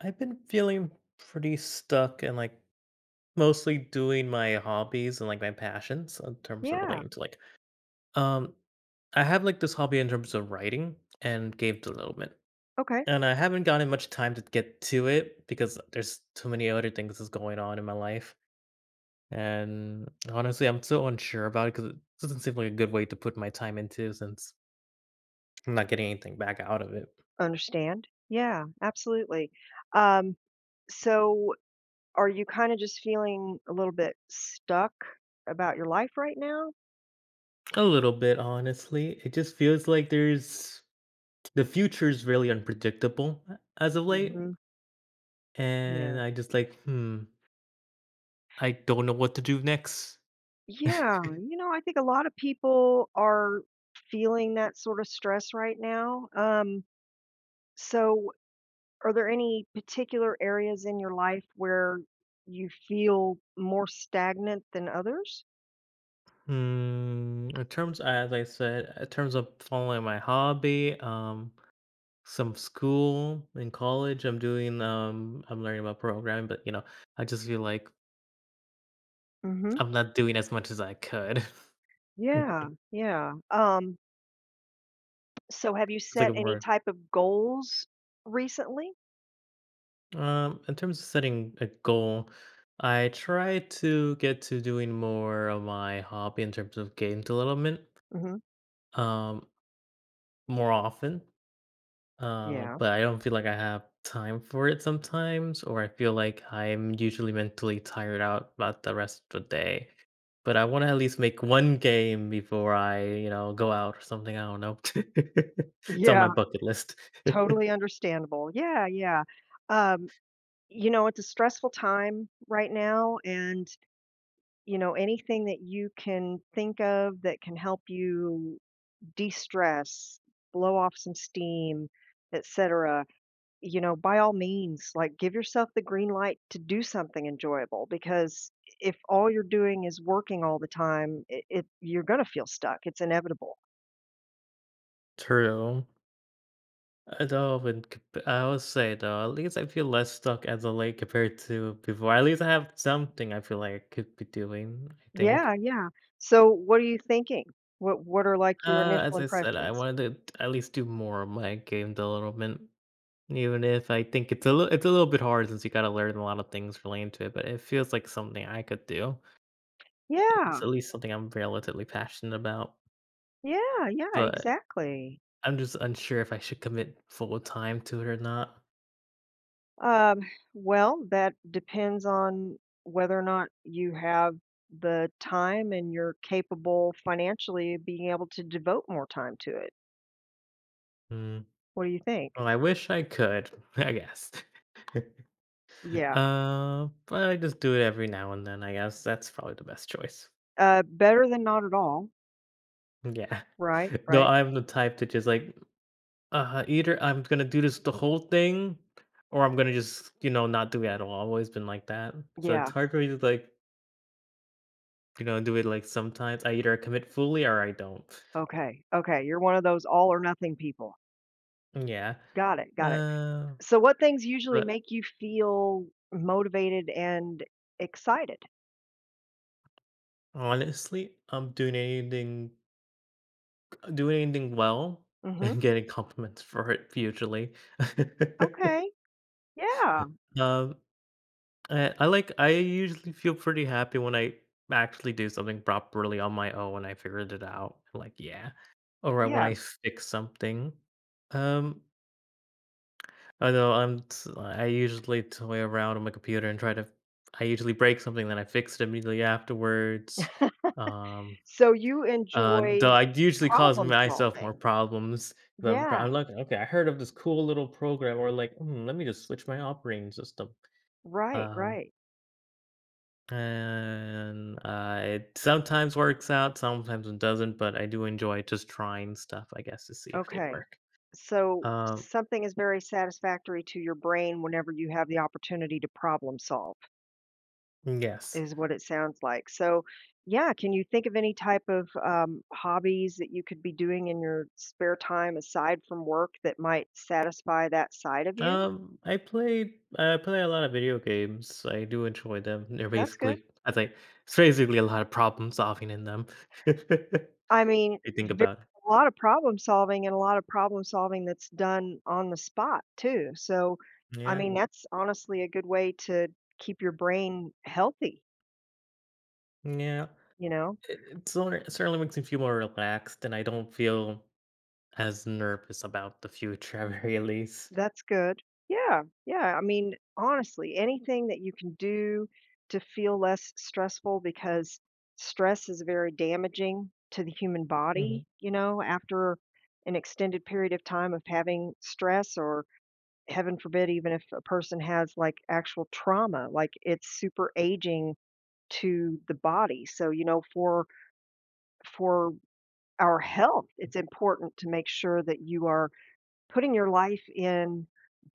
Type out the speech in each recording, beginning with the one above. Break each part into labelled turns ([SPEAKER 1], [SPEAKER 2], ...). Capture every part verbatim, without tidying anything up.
[SPEAKER 1] I've been feeling pretty stuck and like mostly doing my hobbies and like my passions in terms of
[SPEAKER 2] Yeah,
[SPEAKER 1] relating to like um I have like this hobby in terms of writing and game development.
[SPEAKER 2] okay,
[SPEAKER 1] And I haven't gotten much time to get to it because there's too many other things that's going on in my life. And honestly, I'm so unsure about it because it doesn't seem like a good way to put my time into since I'm not getting anything back out of it.
[SPEAKER 2] understand. Yeah, absolutely. Um, so are you kinda just feeling a little bit stuck about your life right now?
[SPEAKER 1] A little bit, honestly. It just feels like there's the future is really unpredictable uh, as of late,
[SPEAKER 2] Mhm, yeah.
[SPEAKER 1] and I just like, hmm, I don't know what to do next.
[SPEAKER 2] Yeah, you know, I think a lot of people are feeling that sort of stress right now. Um, so are there any particular areas in your life where you feel more stagnant than others?
[SPEAKER 1] Hmm, in terms, as I said, in terms of following my hobby, um, some school in college, I'm doing, um, I'm learning about programming, but you know, I just feel like
[SPEAKER 2] Mhm.
[SPEAKER 1] I'm not doing as much as I could. It's
[SPEAKER 2] Yeah, yeah, um so have you
[SPEAKER 1] like a
[SPEAKER 2] set any
[SPEAKER 1] word.
[SPEAKER 2] type of goals recently?
[SPEAKER 1] Um, in terms of setting a goal, I try to get to doing more of my hobby in terms of game development
[SPEAKER 2] Mhm.
[SPEAKER 1] um, more often, uh,
[SPEAKER 2] Yeah.
[SPEAKER 1] but I don't feel like I have time for it sometimes, or I feel like I'm usually mentally tired out about the rest of the day. But I want to at least make one game before I, you know, go out or something. I don't know. It's on my
[SPEAKER 2] Yeah,
[SPEAKER 1] bucket list.
[SPEAKER 2] totally understandable. Yeah, yeah. Um, you know, it's a stressful time right now and, you know, anything that you can think of that can help you de-stress, blow off some steam, et cetera you know, by all means, like give yourself the green light to do something enjoyable because if all you're doing is working all the time, it, it you're going to feel stuck. It's inevitable.
[SPEAKER 1] True. I don't even comp- I would say though, at least I feel less stuck as of late compared to before. At least I have something I feel like I could be doing, I think.
[SPEAKER 2] Yeah, yeah. So what are you thinking? What what are like your
[SPEAKER 1] Uh,
[SPEAKER 2] initial
[SPEAKER 1] as I said, I
[SPEAKER 2] impressions?
[SPEAKER 1] wanted to at least do more of my game development, even if I think it's a little it's a little bit hard since you got to learn a lot of things relating to it. But it feels like something I could do.
[SPEAKER 2] Yeah.
[SPEAKER 1] It's at least something I'm relatively passionate about.
[SPEAKER 2] Yeah, yeah,
[SPEAKER 1] But
[SPEAKER 2] exactly.
[SPEAKER 1] I'm just unsure if I should commit full time to it or not.
[SPEAKER 2] Um, well, that depends on whether or not you have the time and you're capable financially of being able to devote more time to it.
[SPEAKER 1] Mm.
[SPEAKER 2] What do you think?
[SPEAKER 1] Well, I wish I could. I guess.
[SPEAKER 2] Yeah.
[SPEAKER 1] Uh, but I just do it every now and then. I guess that's probably the best choice.
[SPEAKER 2] Uh, better than not at all.
[SPEAKER 1] Yeah.
[SPEAKER 2] Right,
[SPEAKER 1] Though
[SPEAKER 2] right.
[SPEAKER 1] I'm the type to just like uh-huh, either I'm gonna do this the whole thing, or I'm gonna just, you know, not do it at all. I've always been like that. So
[SPEAKER 2] Yeah,
[SPEAKER 1] it's hard for me to like, you know, do it like sometimes. I either commit fully or I don't.
[SPEAKER 2] okay, okay, you're one of those all or nothing people.
[SPEAKER 1] Yeah.
[SPEAKER 2] Got it, got it.
[SPEAKER 1] Uh,
[SPEAKER 2] So what things usually
[SPEAKER 1] but
[SPEAKER 2] make you feel motivated and excited?
[SPEAKER 1] honestly, I'm doing anything doing anything well
[SPEAKER 2] Mhm.
[SPEAKER 1] and getting compliments for it usually.
[SPEAKER 2] Okay. Yeah,
[SPEAKER 1] Um I I like I usually feel pretty happy when I actually do something properly on my own and I figured it out. Like, yeah. Or when
[SPEAKER 2] yeah.
[SPEAKER 1] I fix something. Um, I know I'm t- I usually toy around on my computer and try to I usually break something, then I fix it immediately afterwards. Um
[SPEAKER 2] So you
[SPEAKER 1] uh though
[SPEAKER 2] enjoy
[SPEAKER 1] I usually cause
[SPEAKER 2] problem
[SPEAKER 1] myself
[SPEAKER 2] solving.
[SPEAKER 1] more problems. 'Cause I'm,
[SPEAKER 2] Yeah,
[SPEAKER 1] I'm like, okay, I heard of this cool little program, or like, "Hmm, let me just switch my operating system."
[SPEAKER 2] right,
[SPEAKER 1] Um,
[SPEAKER 2] right.
[SPEAKER 1] And, uh, it sometimes works out, sometimes it doesn't, but I do enjoy just trying stuff, I guess, to see if they
[SPEAKER 2] Okay.
[SPEAKER 1] work.
[SPEAKER 2] So
[SPEAKER 1] Um,
[SPEAKER 2] something is very satisfactory to your brain whenever you have the opportunity to problem solve.
[SPEAKER 1] yes.
[SPEAKER 2] Is what it sounds like. So, yeah, can you think of any type of, um, hobbies that you could be doing in your spare time aside from work that might satisfy that side of you?
[SPEAKER 1] Um, I played I play a lot of video games. I do enjoy them. They're
[SPEAKER 2] That's good.
[SPEAKER 1] basically I think it's basically a lot of problem solving in them.
[SPEAKER 2] I
[SPEAKER 1] If
[SPEAKER 2] mean,
[SPEAKER 1] you think
[SPEAKER 2] there's
[SPEAKER 1] about it.
[SPEAKER 2] a lot of problem solving and a lot of problem solving that's done on the spot too. So, I
[SPEAKER 1] Yeah.
[SPEAKER 2] mean, that's honestly a good way to keep your brain healthy,
[SPEAKER 1] Yeah.
[SPEAKER 2] you know?
[SPEAKER 1] It, it sor- it certainly makes me feel more relaxed and I don't feel as nervous about the future at very least.
[SPEAKER 2] That's good. Yeah, yeah, I mean, honestly, anything that you can do to feel less stressful because stress is very damaging to the human body,
[SPEAKER 1] hmm
[SPEAKER 2] you know, after an extended period of time of having stress or heaven forbid even if a person has like actual trauma, like it's super aging to the body. So, you know, for for our health, it's important to make sure that you are putting your life in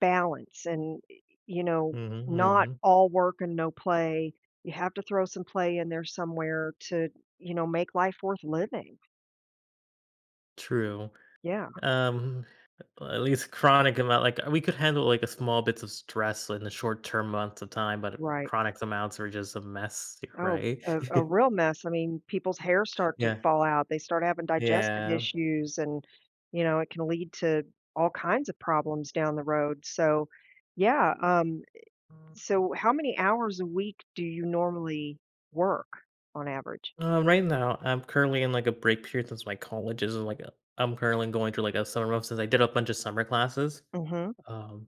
[SPEAKER 2] balance and, you know,
[SPEAKER 1] hmm
[SPEAKER 2] not
[SPEAKER 1] hmm
[SPEAKER 2] all work and no play. You have to throw some play in there somewhere to, you know, make life worth living.
[SPEAKER 1] True.
[SPEAKER 2] Yeah,
[SPEAKER 1] Um, at least chronic amount, like, we could handle, like, a small bits of stress in the short term months of time, but
[SPEAKER 2] right.
[SPEAKER 1] chronic amounts are just a mess,
[SPEAKER 2] Oh,
[SPEAKER 1] right?
[SPEAKER 2] a a real mess. I mean, people's hair start to
[SPEAKER 1] Yeah,
[SPEAKER 2] fall out. They start having digestive
[SPEAKER 1] yeah.
[SPEAKER 2] issues and, you know, it can lead to all kinds of problems down the road. So, yeah, um, so how many hours a week do you normally work on average?
[SPEAKER 1] Um, right now, I'm currently in, like, a break period since my college is like, a I'm currently going through, like, a summer month since I did a bunch of summer classes.
[SPEAKER 2] Mhm,
[SPEAKER 1] Um,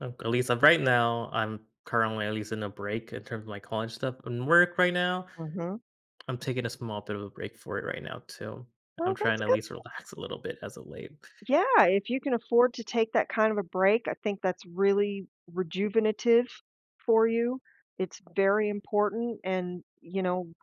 [SPEAKER 1] um, at least of right now, I'm currently at least in a break in terms of my college stuff and work right now.
[SPEAKER 2] mhm.
[SPEAKER 1] I'm taking a small bit of a break for it right now too. I'm
[SPEAKER 2] Well, that's
[SPEAKER 1] trying to at
[SPEAKER 2] good.
[SPEAKER 1] least relax a little bit as of late.
[SPEAKER 2] Yeah, if you can afford to take that kind of a break, I think that's really rejuvenative for you. It's very important and, you know,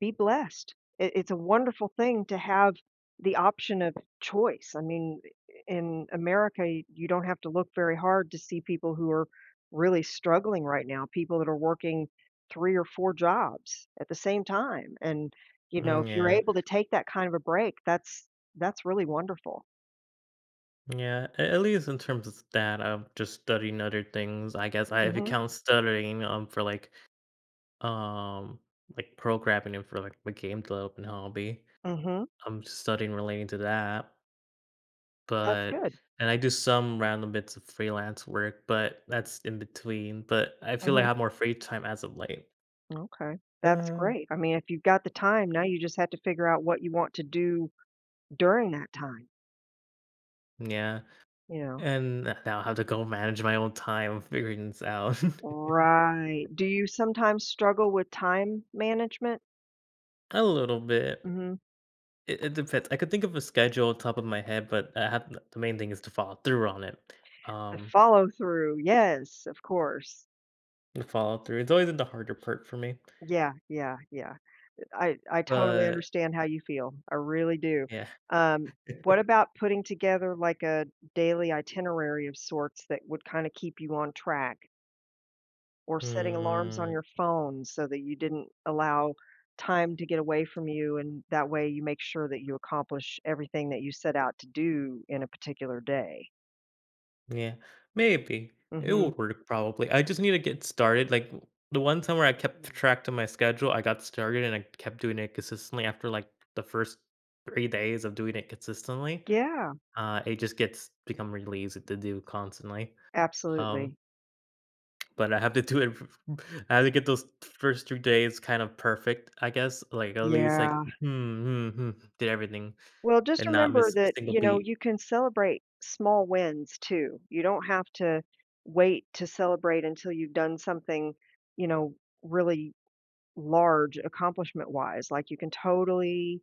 [SPEAKER 2] be blessed. It, it's a wonderful thing to have the option of choice. I mean, in America, y- you don't have to look very hard to see people who are really struggling right now, people that are working three or four jobs at the same time. And, you know,
[SPEAKER 1] Mm,
[SPEAKER 2] if you're
[SPEAKER 1] yeah,
[SPEAKER 2] able to take that kind of a break, that's that's really wonderful.
[SPEAKER 1] yeah. a- At least in terms of that, I'm just studying other things. I guess I if you
[SPEAKER 2] Mhm,
[SPEAKER 1] count studying um for like um like programming and for like my game development hobby,
[SPEAKER 2] mhm,
[SPEAKER 1] I'm studying relating to that.
[SPEAKER 2] that's
[SPEAKER 1] But
[SPEAKER 2] good.
[SPEAKER 1] and I do some random bits of freelance work, but that's in between. But I feel like I
[SPEAKER 2] Mhm,
[SPEAKER 1] have more free time as of late.
[SPEAKER 2] okay, that's
[SPEAKER 1] Uh,
[SPEAKER 2] great. I mean, if you've got the time, now you just have to figure out what you want to do during that time,
[SPEAKER 1] yeah,
[SPEAKER 2] you know?
[SPEAKER 1] and now I have to go manage my own time, figuring this out
[SPEAKER 2] Right. Do you sometimes struggle with time management?
[SPEAKER 1] a little bit.
[SPEAKER 2] Mhm,
[SPEAKER 1] It it depends. I could think of a schedule top of my head, but I have the main thing is to follow through on it.
[SPEAKER 2] the
[SPEAKER 1] Um,
[SPEAKER 2] follow through, yes, of course.
[SPEAKER 1] the follow through. It's always the harder part for me.
[SPEAKER 2] Yeah, yeah, yeah. I I totally
[SPEAKER 1] But
[SPEAKER 2] understand how you feel, I really do.
[SPEAKER 1] yeah.
[SPEAKER 2] Um, what about putting together, like, a daily itinerary of sorts that would kinda keep you on track? Or setting alarms on
[SPEAKER 1] Mm,
[SPEAKER 2] your phone so that you didn't allow time to get away from you and that way you make sure that you accomplish everything that you set out to do in a particular day.
[SPEAKER 1] yeah, maybe. It
[SPEAKER 2] Mhm.
[SPEAKER 1] will work probably. I just need to get started. Like w- the one time where I kept track to my schedule, I got started and I kept doing it consistently after like the first three days of doing it consistently.
[SPEAKER 2] Yeah,
[SPEAKER 1] Uh it just gets become really easy to do constantly. Um
[SPEAKER 2] absolutely.
[SPEAKER 1] But I have to do it I have to get those first three days kind of perfect, I guess, like, at least, like,
[SPEAKER 2] Yeah.
[SPEAKER 1] "Hmm, hmm, hmm," did everything
[SPEAKER 2] Well, just
[SPEAKER 1] and not
[SPEAKER 2] remember
[SPEAKER 1] miss a
[SPEAKER 2] that,
[SPEAKER 1] single
[SPEAKER 2] you know,
[SPEAKER 1] beat.
[SPEAKER 2] you can celebrate small wins too. You don't have to wait to celebrate until you've done something, you know, really large accomplishment wise. Like you can totally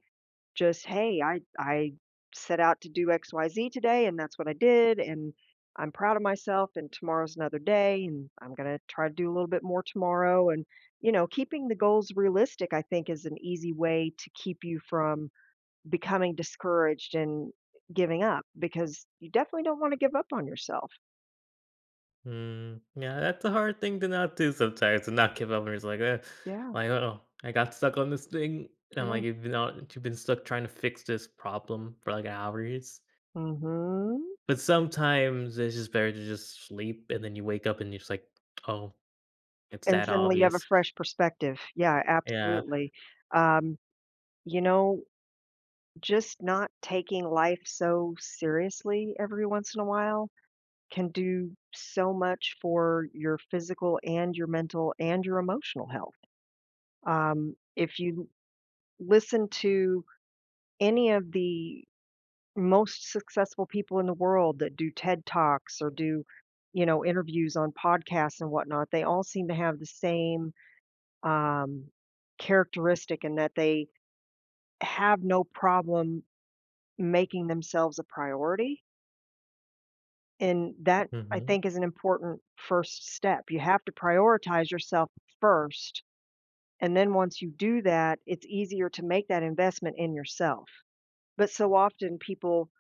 [SPEAKER 2] just, "Hey, I I set out to do X Y Z today, and that's what I did, and I'm proud of myself, and tomorrow's another day, and I'm gonna try to do a little bit more tomorrow," and, you know, keeping the goals realistic, I think, is an easy way to keep you from becoming discouraged and giving up because you definitely don't wanna give up on yourself.
[SPEAKER 1] Mm, yeah, that's a hard thing to not do sometimes, to not give up and it's like, "Ugh,"
[SPEAKER 2] Yeah,
[SPEAKER 1] like, oh I got stuck on this thing," and, I'm
[SPEAKER 2] yeah.
[SPEAKER 1] like, you've been on you've been stuck trying to fix this problem for, like, hours.
[SPEAKER 2] Mhm.
[SPEAKER 1] But sometimes it's just better to just sleep, and then you wake up and you're just like, "Oh, it's
[SPEAKER 2] And
[SPEAKER 1] that
[SPEAKER 2] suddenly you have a
[SPEAKER 1] obvious."
[SPEAKER 2] fresh perspective. Yeah,
[SPEAKER 1] Yeah,
[SPEAKER 2] absolutely. Um, you know Just not taking life so seriously every once in a while can do so much for your physical and your mental and your emotional health. Um, if you listen to any of the most successful people in the world that do TED Talks or do, you know, interviews on podcasts and whatnot, they all seem to have the same um, characteristic in that they have no problem making themselves a priority. And that, I
[SPEAKER 1] mhm.
[SPEAKER 2] think, is an important first step. You have to prioritize yourself first. And then once you do that, it's easier to make that investment in yourself. But so often people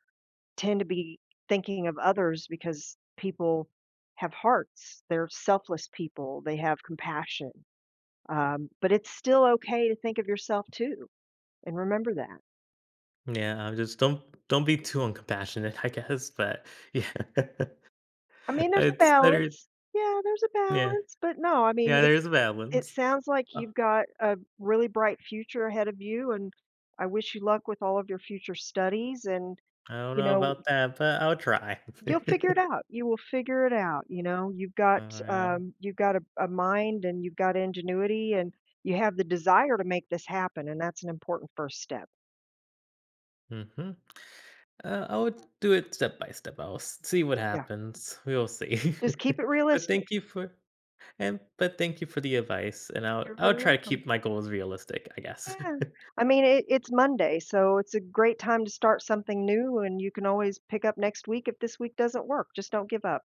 [SPEAKER 2] tend to be thinking of others because people have hearts, they're selfless people, they have compassion. Um, but it's still okay to think of yourself too. And remember that.
[SPEAKER 1] Yeah, I'm just don't don't be too uncompassionate, I guess, but yeah.
[SPEAKER 2] I mean, there's a
[SPEAKER 1] It's better,
[SPEAKER 2] balance. Yeah, there's a
[SPEAKER 1] yeah.
[SPEAKER 2] balance. But no, I mean,
[SPEAKER 1] Yeah,
[SPEAKER 2] it
[SPEAKER 1] there's
[SPEAKER 2] It
[SPEAKER 1] balance.
[SPEAKER 2] sounds like
[SPEAKER 1] Uh,
[SPEAKER 2] you've got a really bright future ahead of you, and I wish you luck with all of your future studies and,
[SPEAKER 1] I don't
[SPEAKER 2] you
[SPEAKER 1] know
[SPEAKER 2] know,
[SPEAKER 1] about that, but I'll try.
[SPEAKER 2] you'll figure it out. You will figure it out, you know? You've got,
[SPEAKER 1] Alright.
[SPEAKER 2] um, you've got a a mind and you've got ingenuity and you have the desire to make this happen, and that's an important first step.
[SPEAKER 1] Mhm. Uh, I would do it step by step. I'll s see what
[SPEAKER 2] Yeah.
[SPEAKER 1] happens. We'll see.
[SPEAKER 2] Just keep it
[SPEAKER 1] But
[SPEAKER 2] realistic.
[SPEAKER 1] thank you for and but thank you for the advice, and I'll
[SPEAKER 2] You're
[SPEAKER 1] I'll
[SPEAKER 2] very
[SPEAKER 1] try to
[SPEAKER 2] welcome.
[SPEAKER 1] keep my goals realistic, I guess.
[SPEAKER 2] Yeah. I mean, it it's Monday, so it's a great time to start something new, and you can always pick up next week if this week doesn't work. Just don't give up.